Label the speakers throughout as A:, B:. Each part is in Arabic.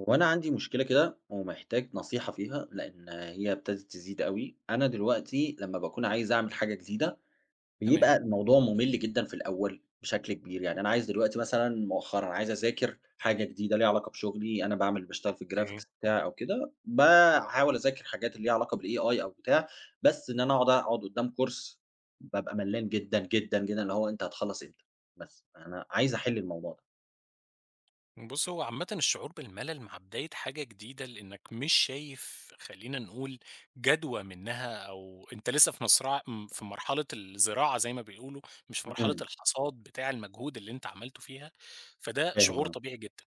A: هو أنا عندي مشكلة كده ومحتاج نصيحة فيها، لإن هي ابتدت تزيد أوي. أنا دلوقتي لمّا باكون عايز أعمل حاجة جديدة،
B: تمام،
A: بيبقى الموضوع ممل جدًا في الأول بشكل كبير. يعني أنا عايز دلوقتي مثلًا مؤخرًا عايز أذاكر حاجة جديدة ليها علاقة بشغلي. أنا باشتغل في
B: أوكي.
A: الgraphics بتاعي أو كده، باحاول أذاكر حاجات اللي ليها علاقة بالAI أو بتاع. بس إن أنا أقعد قدام كورس بابقى ملّان جدًا، جدًا، جدًا، اللي هو أنت هتخلّص إمتى؟ بس أنا عايز أحل الموضوع
B: بُص، هو عامةً الشعور بالملل مع بداية حاجة جديدة لإنك مش شايف خلّينا نقول جدوى منها أو أنت لسه في مصرع م في مرحلة الزراعة زي ما بيقولوا، مش في
A: ده.
B: مرحلة الحصاد بتاع المجهود اللي أنت عملته فيها، فده
A: فاهم
B: شعور
A: آه.
B: طبيعي جدًا.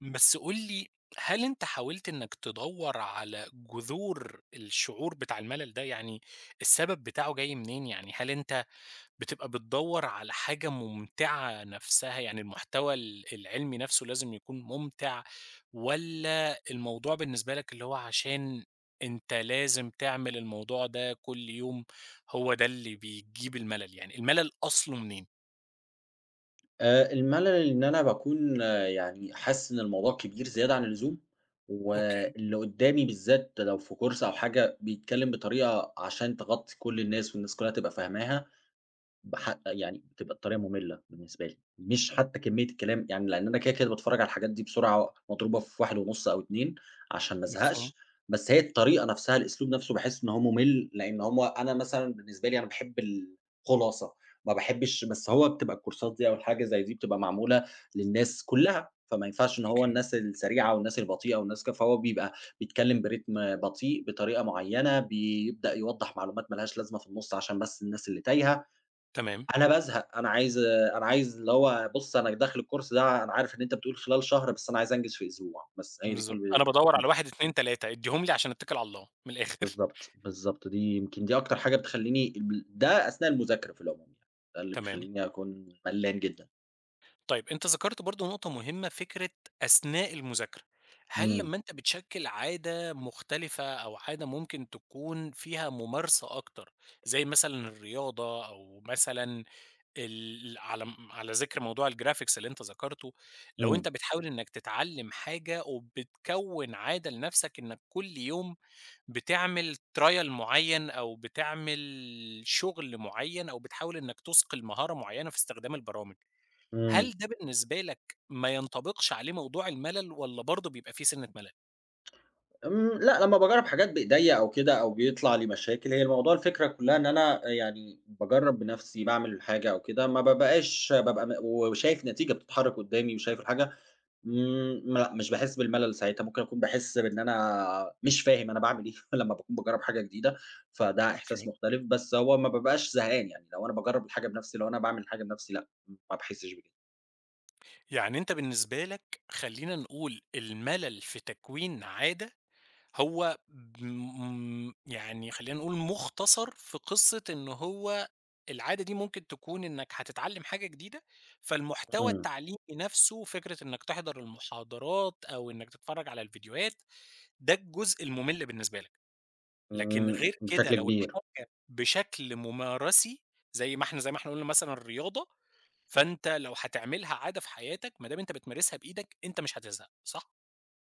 B: بس قُل لي، هل أنت حاولت إنك تدوّر على جذور الشعور بتاع الملل ده؟ يعني السبب بتاعه جاي منين؟ يعني هل أنت بتبقى بتدوّر على حاجة ممتعة نَفْسها، يعني المحتوى العلمي نَفْسه لازم يكون ممتع والّا الموضوع بالنسبة لك اللي هو عشان أنت لازم تعمل الموضوع ده كل يوم، هو ده اللي بيجيب الملل، يعني الملل أصله منين؟
A: المَلَل إن أنا باكون يعني حاسس إن الموضوع كبير زيادة عن اللزوم،
B: أوكي،
A: واللي قدّامي بالذات لو في course أو حاجة بيتكلّم بطريقة عشان تغطّي كل الناس والناس كلّها تبقى فاهماها. يعني بتبقى الطريقة مملة بالنسبة لي، مش حتى كمية الكلام. يعني لأن أنا كده، كده باتفرّج على الحاجات دي بسرعة مضروبة في 1.5 أو 2 عشان ما
B: مفهوم.
A: أزهقش. بس هي الطريقة نفسها، الأسلوب نفسه باحس إن هو ممل، لإن هو أنا مثلًا بالنسبة لي أنا باحب الخلاصة. ما باحبش، بس هو بتبقى الكورسات دي أو الحاجة زي دي بتبقى معمولة للناس كلّها، فما ينفعش إن هو
B: أوكي،
A: الناس السريعة والناس البطيئة والناس ك فهو بيبقى بيتكلم برتم بطيء، بطريقة معيّنة، بيبدأ يوضّح معلومات ما لهاش لازمة في النُص عشان بس الناس اللي تايهة.
B: تمام،
A: أنا بازهق. أنا عايز اللي هو بُص، أنا داخل الcourse ده أنا عارف إن أنت بتقول خلال شهر، بس أنا عايز أنجز في أسبوع. بس هي دي
B: بالضبط.
A: كل
B: أنا بادوّر
A: إمم،
B: على 1، 2، 3 ادّيهم لي عشان أتّكل على الله، من الآخر.
A: بالضبط، بالضبط. دي يمكن دي أكتر حاجة بتخلّيني ال ده أثناء المذاكرة في العموم يعني، ده اللي
B: تمام.
A: بيخلّيني أكون ملّان جدًا.
B: طيب أنت ذكرت برضه نقطة مهمة، فكرة أثناء المذاكرة. هل
A: إمم.
B: لمّا أنت بتشكِّل عادة مختلفة أو عادة ممكن تكون فيها ممارسة أكتر، زي مثلًا الرياضة أو مثلًا ال على م على ذكر موضوع الgraphics اللي أنت ذكرته، لو
A: إمم.
B: أنت بتحاول إنك تتعلم حاجة وبتكوِّن عادة لنفسك إنك كل يوم بتعمل trial معيّن أو بتعمل شغل معيّن أو بتحاول إنك تُثقل مهارة معيّنة في استخدام البرامج. هل
A: إمم.
B: ده بالنسبة لك ما ينطبقش عليه موضوع الملل والّا برضه بيبقى في سِنّة ملل؟
A: إمم. لأ، لمّا باجرّب حاجات بإيديّا أو كده أو بيطلع لي مشاكل، هي الموضوع الفكرة كلّها إن أنا يعني باجرّب بنَفْسي، باعمل الحاجة أو كده، ما بابقاش بابقى وشايف نتيجة بتتحرّك قدّامي وشايف الحاجة. إمم. لأ، مش باحس بالملل ساعتها، ممكن أكون باحس بإن أنا مش فاهم أنا باعمل إيه لمّا باكون باجرّب حاجة جديدة. فده إحساس
B: أوكي.
A: مختلف، بس هو ما بابقاش زهقان يعني. لو أنا باجرّب الحاجة بنَفْسي، لو أنا باعمل الحاجة بنَفْسي لأ، ما باحسش بكده.
B: يعني أنت بالنسبة لك خلّينا نقول الملل في تكوين عادة هو يعني خلّينا نقول مُختصر في قصة إن هو العادة دي ممكن تكون إنك هتتعلّم حاجة جديدة، فالمحتوى
A: إمم.
B: التعليمي نَفْسه فكرة إنك تحضر المحاضرات أو إنك تتفرّج على الفيديوهات، ده الجزء المُمِل بالنسبة لك. لكن
A: إمم،
B: غير كده
A: بشكل
B: لو
A: كبير.
B: الحاجة بشكل ممارسي، زي ما إحنا قُلنا مثلًا الرياضة، فأنت لو هتعملها عادة في حياتك، ما دام أنت بتمارسها بإيدك، أنت مش هتزهق، صح؟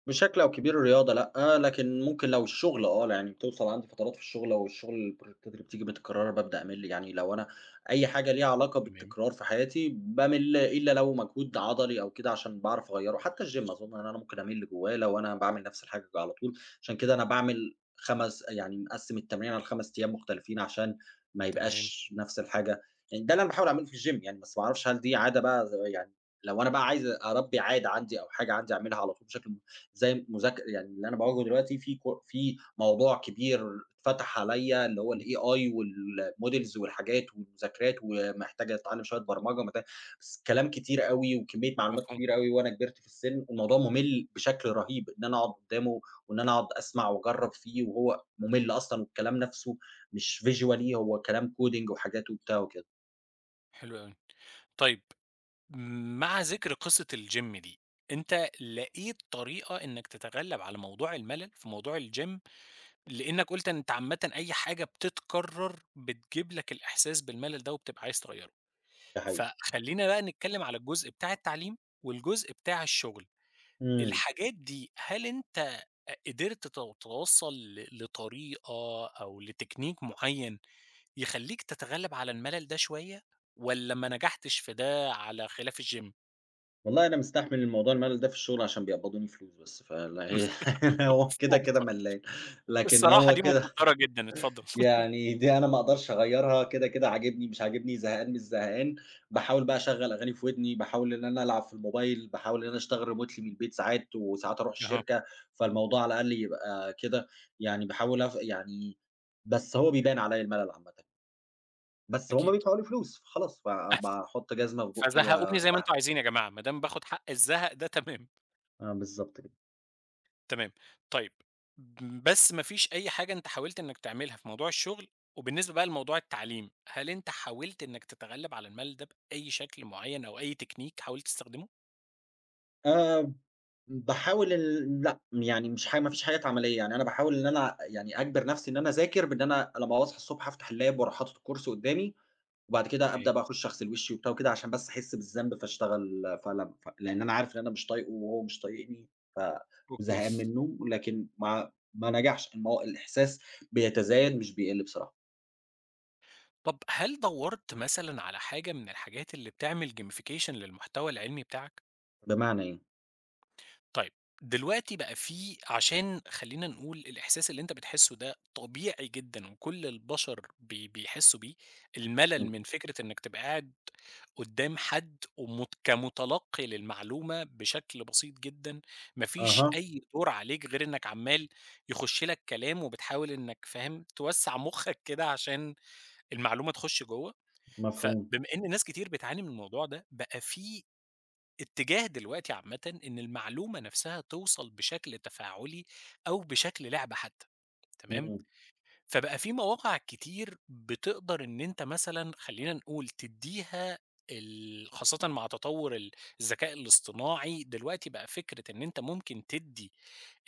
A: بشكل أو كبير الرياضة لأ، لكن ممكن لو الشغل آه، يعني بتوصل عندي فترات في الشغل لو الشغل البروجكتات اللي بتيجي متكررة بابدأ أمِل. يعني لو أنا أي حاجة ليها علاقة
B: تمام.
A: بالتكرار في حياتي بامِل إلا لو مجهود عضلي أو كده عشان باعرف أغيّره. حتى الgym أظن إن أنا ممكن أمِل جوّاه لو أنا باعمل نفس الحاجة على طول. عشان كده أنا باعمل 5، يعني مقسّم التمرينة ل5 أيام مختلفين عشان ما
B: تمام.
A: يبقاش نفس الحاجة. يعني ده اللي أنا باحاول أعمله في الgym يعني، بس ما أعرفش هل دي عادة بقى يعني لو أنا بقى عايز أربّي عادة عندي أو حاجة عندي أعملها على طول بشكل زي مذاك يعني اللي أنا باواجهه دلوقتي في موضوع كبير اتفتح عليّا اللي هو
B: اهم.
A: الAI والmodels والحاجات والمذاكرات، ومحتاج أتعلم شوية برمجة بس كلام كتير أوي وكمية معلومات
B: مفهوم.
A: كبيرة أوي وأنا كبرت في السن. الموضوع ممل بشكل رهيب إن أنا أقعد قدّامه وإن أنا أقعد أسمع وأجرّب فيه وهو ممل أصلًا والكلام نَفْسه مش visually، هو كلام coding وحاجات وبتاع وكده.
B: حلو أوي. طيب مع ذكر قصة الGym دي، أنت لقيت طريقة إنك تتغلب على موضوع الملل في موضوع الGym، لإنك قُلت ان أنت عامةً أي حاجة بتتكرر بتجيب لك الإحساس بالملل ده وبتبقى عايز تغيره.
A: ده حقيقي.
B: فخلّينا بقى نتكلّم على الجزء بتاع التعليم والجزء بتاع الشغل،
A: إمم.
B: الحاجات دي هل أنت قدرت توصّل لطريقة أو لتكنيك معيّن يخلّيك تتغلّب على الملل ده شوية والّا ما نجحتش في ده على خلاف الgym؟
A: والله أنا مستحمل الموضوع الملل ده في الشغل عشان بيقبضوني فلوس بس. فلا هي هو كده، كده ملّان، لكن
B: الصراحة
A: هو
B: دي
A: كده.
B: مقدّرة جدًا، اتفضّل.
A: يعني دي أنا ما أقدرش أغيّرها. كده كده عاجبني، مش عاجبني، زهقان، مش زهقان. باحاول بقى أشغّل أغاني في ودني، باحاول إن أنا ألعب في الموبايل، باحاول إن أنا أشتغل remotely من البيت ساعات، وساعات أروح
B: أها.
A: الشركة، فالموضوع على الأقل يبقى كده. يعني باحاول أف يعني بس هو بيبان عليّا الملل عامةً. بس هُم
B: أكيد.
A: بيدفعوا لي فلوس، فخلاص ب باحُط جزمة في بُقّي
B: فزهّقوني زي ما
A: واستحمل.
B: أنتم عايزين يا جماعة، ما دام باخُد حق الزهق ده تمام.
A: آه، بالضبط كده.
B: تمام. طيب، بس ما فيش أي حاجة أنت حاولت إنك تعملها في موضوع الشغل، وبالنسبة بقى لموضوع التعليم، هل أنت حاولت إنك تتغلب على الملل ده بأي شكل معين أو أي تكنيك حاولت تستخدمه؟
A: آآ باحاول ال لأ، يعني مش حاجة، ما فيش حاجات عملية. يعني أنا باحاول إن أنا يعني أجبر نفسي إن أنا أذاكر بإن أنا لمّا باصحى الصبح أفتح اللاب وأروح حاطط الكورس قدّامي، وبعد كده أبدأ
B: أوكي.
A: بقى أخش أغسل وشي وبتاع وكده عشان بس أحس بالذنب فاشتغل. فلم ف لإن أنا عارف إن أنا مش طايقه وهو مش طايقني ف
B: أوكي.
A: وزهقان منه، لكن ما نجحش. الإحساس بيتزايد مش بيقل بصراحة.
B: طب هل دوّرت مثلًا على حاجة من الحاجات اللي بتعمل gamification للمحتوى العلمي بتاعك؟
A: بمعنى إيه؟
B: طيب، دلوقتي بقى في عشان خلّينا نقول الإحساس اللي أنت بتحسّه ده طبيعي جدًا وكل البشر بيحسّوا بيه، الملل
A: إمم.
B: من فكرة إنّك تبقى قاعد قدّام حد كمتلقّي للمعلومة بشكل بسيط جدًا، ما فيش
A: أها.
B: أي دور عليك غير إنّك عمّال يخُش لك كلام وبتحاول إنّك فاهم، توسّع مُخّك كده عشان المعلومة تخُش جوّه،
A: مفهوم.
B: فبما إن ناس كتير بتعاني من الموضوع ده، بقى في اتجاه دلوقتي عامةً إن المعلومة نفسها توصل بشكل تفاعلي أو بشكل لعبة حتى، تمام؟
A: إمم.
B: فبقى في مواقع كتير بتقدر إن أنت مثلًا خلّينا نقول تدّيها خاصةً مع تطور الذكاء الاصطناعي، دلوقتي بقى فكرة إن أنت ممكن تدّي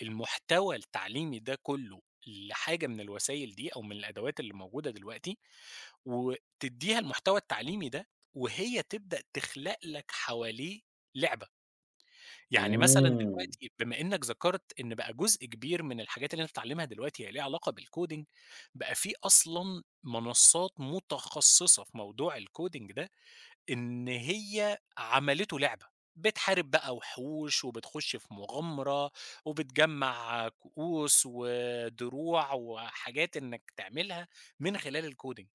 B: المحتوى التعليمي ده كلّه لحاجة من الوسايل دي أو من الأدوات اللي موجودة دلوقتي، وتدّيها المحتوى التعليمي ده، وهي تبدأ تخلق لك حواليه لعبة. يعني مثلًا
A: إمم.
B: دلوقتي بما إنك ذكرت إن بقى جزء كبير من الحاجات اللي أنت بتتعلمها دلوقتي هي ليها علاقة بالcoding، بقى في أصلًا منصات متخصصة في موضوع الcoding ده، إن هي عملته لعبة، بتحارب بقى وحوش وبتخش في مغامرة وبتجمّع كؤوس ودروع وحاجات إنك تعملها من خلال الcoding،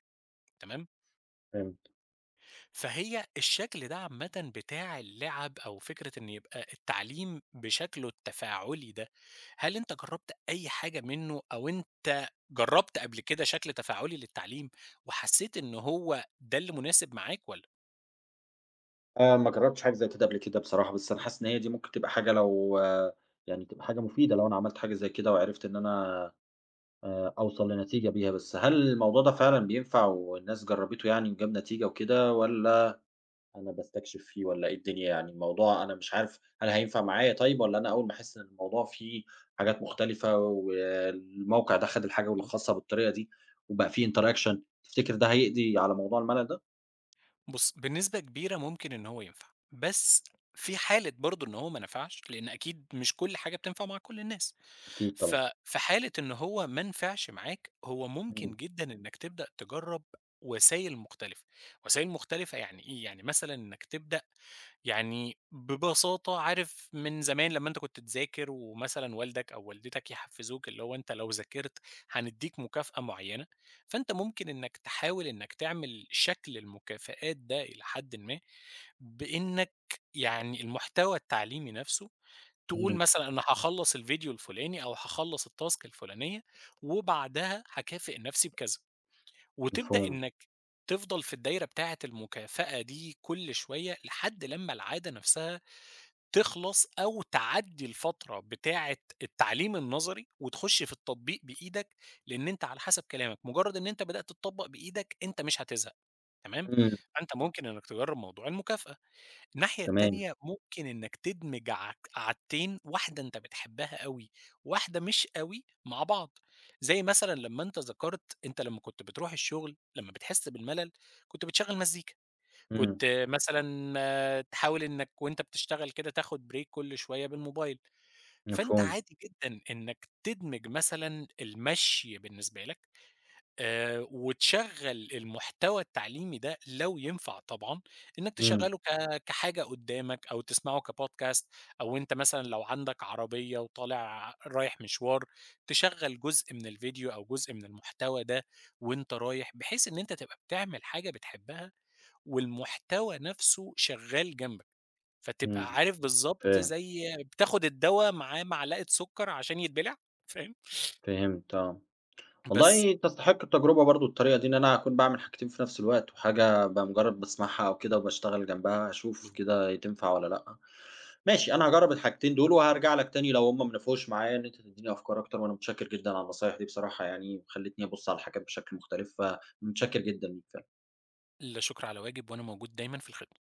B: تمام؟
A: فهمت.
B: فهي الشكل ده عامةً بتاع اللعب أو فكرة إن يبقى التعليم بشكله التفاعلي ده، هل أنت جرّبت أي حاجة منّه أو أنت جرّبت قبل كده شكل تفاعلي للتعليم وحسّيت إن هو ده اللي مناسب معاك والّا؟
A: ما جرّبتش حاجة زي كده قبل كده بصراحة، بس أنا حاسس إن هي دي ممكن تبقى حاجة لو آه، يعني تبقى حاجة مفيدة لو أنا عملت حاجة زي كده وعرفت إن أنا أوصل لنتيجة بيها. بس هل الموضوع ده فعلًا بينفع والناس جرّبته يعني وجاب نتيجة وكده، والّا أنا باستكشف فيه، والّا إيه الدنيا يعني؟ الموضوع أنا مش عارف هل هينفع معايا طيب، والّا أنا أول ما أحس إن الموضوع فيه حاجات مختلفة والموقع ده خَد الحاجة
B: آه.
A: الخاصة بالطريقة دي وبقى في interaction، تفتكر ده هيقضي على موضوع الملل ده؟
B: بُص، بنسبة كبيرة ممكن إن هو ينفع، بس في حالة برضه إن هو ما نفعش، لإن أكيد مش كل حاجة بتنفع مع كل الناس.
A: أكيد
B: ف
A: طبعًا.
B: في حالة إن هو ما نفعش معاك، هو ممكن
A: إمم.
B: جدًا إنك تبدأ تجرّب وسايل مختلفة. وسايل مختلفة يعني إيه؟ يعني مثلًا إنك تبدأ يعني ببساطة عارف من زمان لمّا أنت كنت تذاكر ومثلًا والدك أو والدتك يحفّزوك اللي هو أنت لو ذاكرت هندّيك مكافأة معيّنة، فأنت ممكن إنك تحاول إنك تعمل شكل المكافآت ده إلى حدٍ ما، بإنك يعني المحتوى التعليمي نفسه تقول
A: إمم.
B: مثلًا أنا هاخلّص الفيديو الفلاني أو هاخلّص التاسك الفلانية، وبعدها هاكافئ نفسي بكذا، وتبدأ
A: مفهوم.
B: إنك تفضل في الدايرة بتاعة المكافأة دي كل شوية، لحد لمّا العادة نفسها تخلص أو تعدّي الفترة بتاعة التعليم النظري، وتخش في التطبيق بإيدك، لإن أنت على حسب كلامك، مجرد إن أنت بدأت تطبّق بإيدك أنت مش هتزهق، تمام؟
A: إمم.
B: فأنت ممكن إنك تجرّب موضوع المكافأة. الناحية
A: تمام.
B: التانية ممكن إنك تدمج عادتين، واحدة أنت بتحبها أوي، واحدة مش أوي مع بعض، زي مثلًا لمّا أنت ذكرت أنت لمّا كنت بتروح الشغل لمّا بتحس بالملل كنت بتشغّل مزيكا،
A: إمم.
B: كنت مثلًا تحاول إنك وأنت بتشتغل كده تاخد break كل شوية بالموبايل، فأنت
A: مفهوم.
B: عادي جدًا إنك تدمج مثلًا المشي بالنسبة لك، وتشغّل المحتوى التعليمي ده لو ينفع طبعًا، إنك
A: إمم.
B: تشغّله كحاجة قدّامك أو تسمعه كpodcast أو أنت مثلًا لو عندك عربية وطالع رايح مشوار، تشغّل جزء من الفيديو أو جزء من المحتوى ده وأنت رايح، بحيث إن أنت تبقى بتعمل حاجة بتحبها والمحتوى نَفْسه شغّال جنبك، فتبقى
A: إمم.
B: عارف بالضبط
A: فاهم.
B: زي بتاخد الدوا معاه معلقة سُكّر عشان يتبلع، فاهم؟
A: فهمت آه.
B: بس،
A: والله تستحق التجربة برضه الطريقة دي، إن أنا أكون باعمل حاجتين في نفس الوقت، وحاجة بمجرد باسمعها أو كده وباشتغل جنبها، أشوف كده تنفع والّا لأ. ماشي، أنا هاجرب الحاجتين دول وهارجع لك تاني لو هُم ما نفعوش معايا، إن أنت تدّيني أفكار أكتر. وأنا متشكر جدًا على النصايح دي بصراحة يعني، وخلّتني أبُص على الحاجات بشكل مختلف. فمتشكر جدًا ليك.
B: لا شُكر على واجب وأنا موجود دايمًا في الخدمة.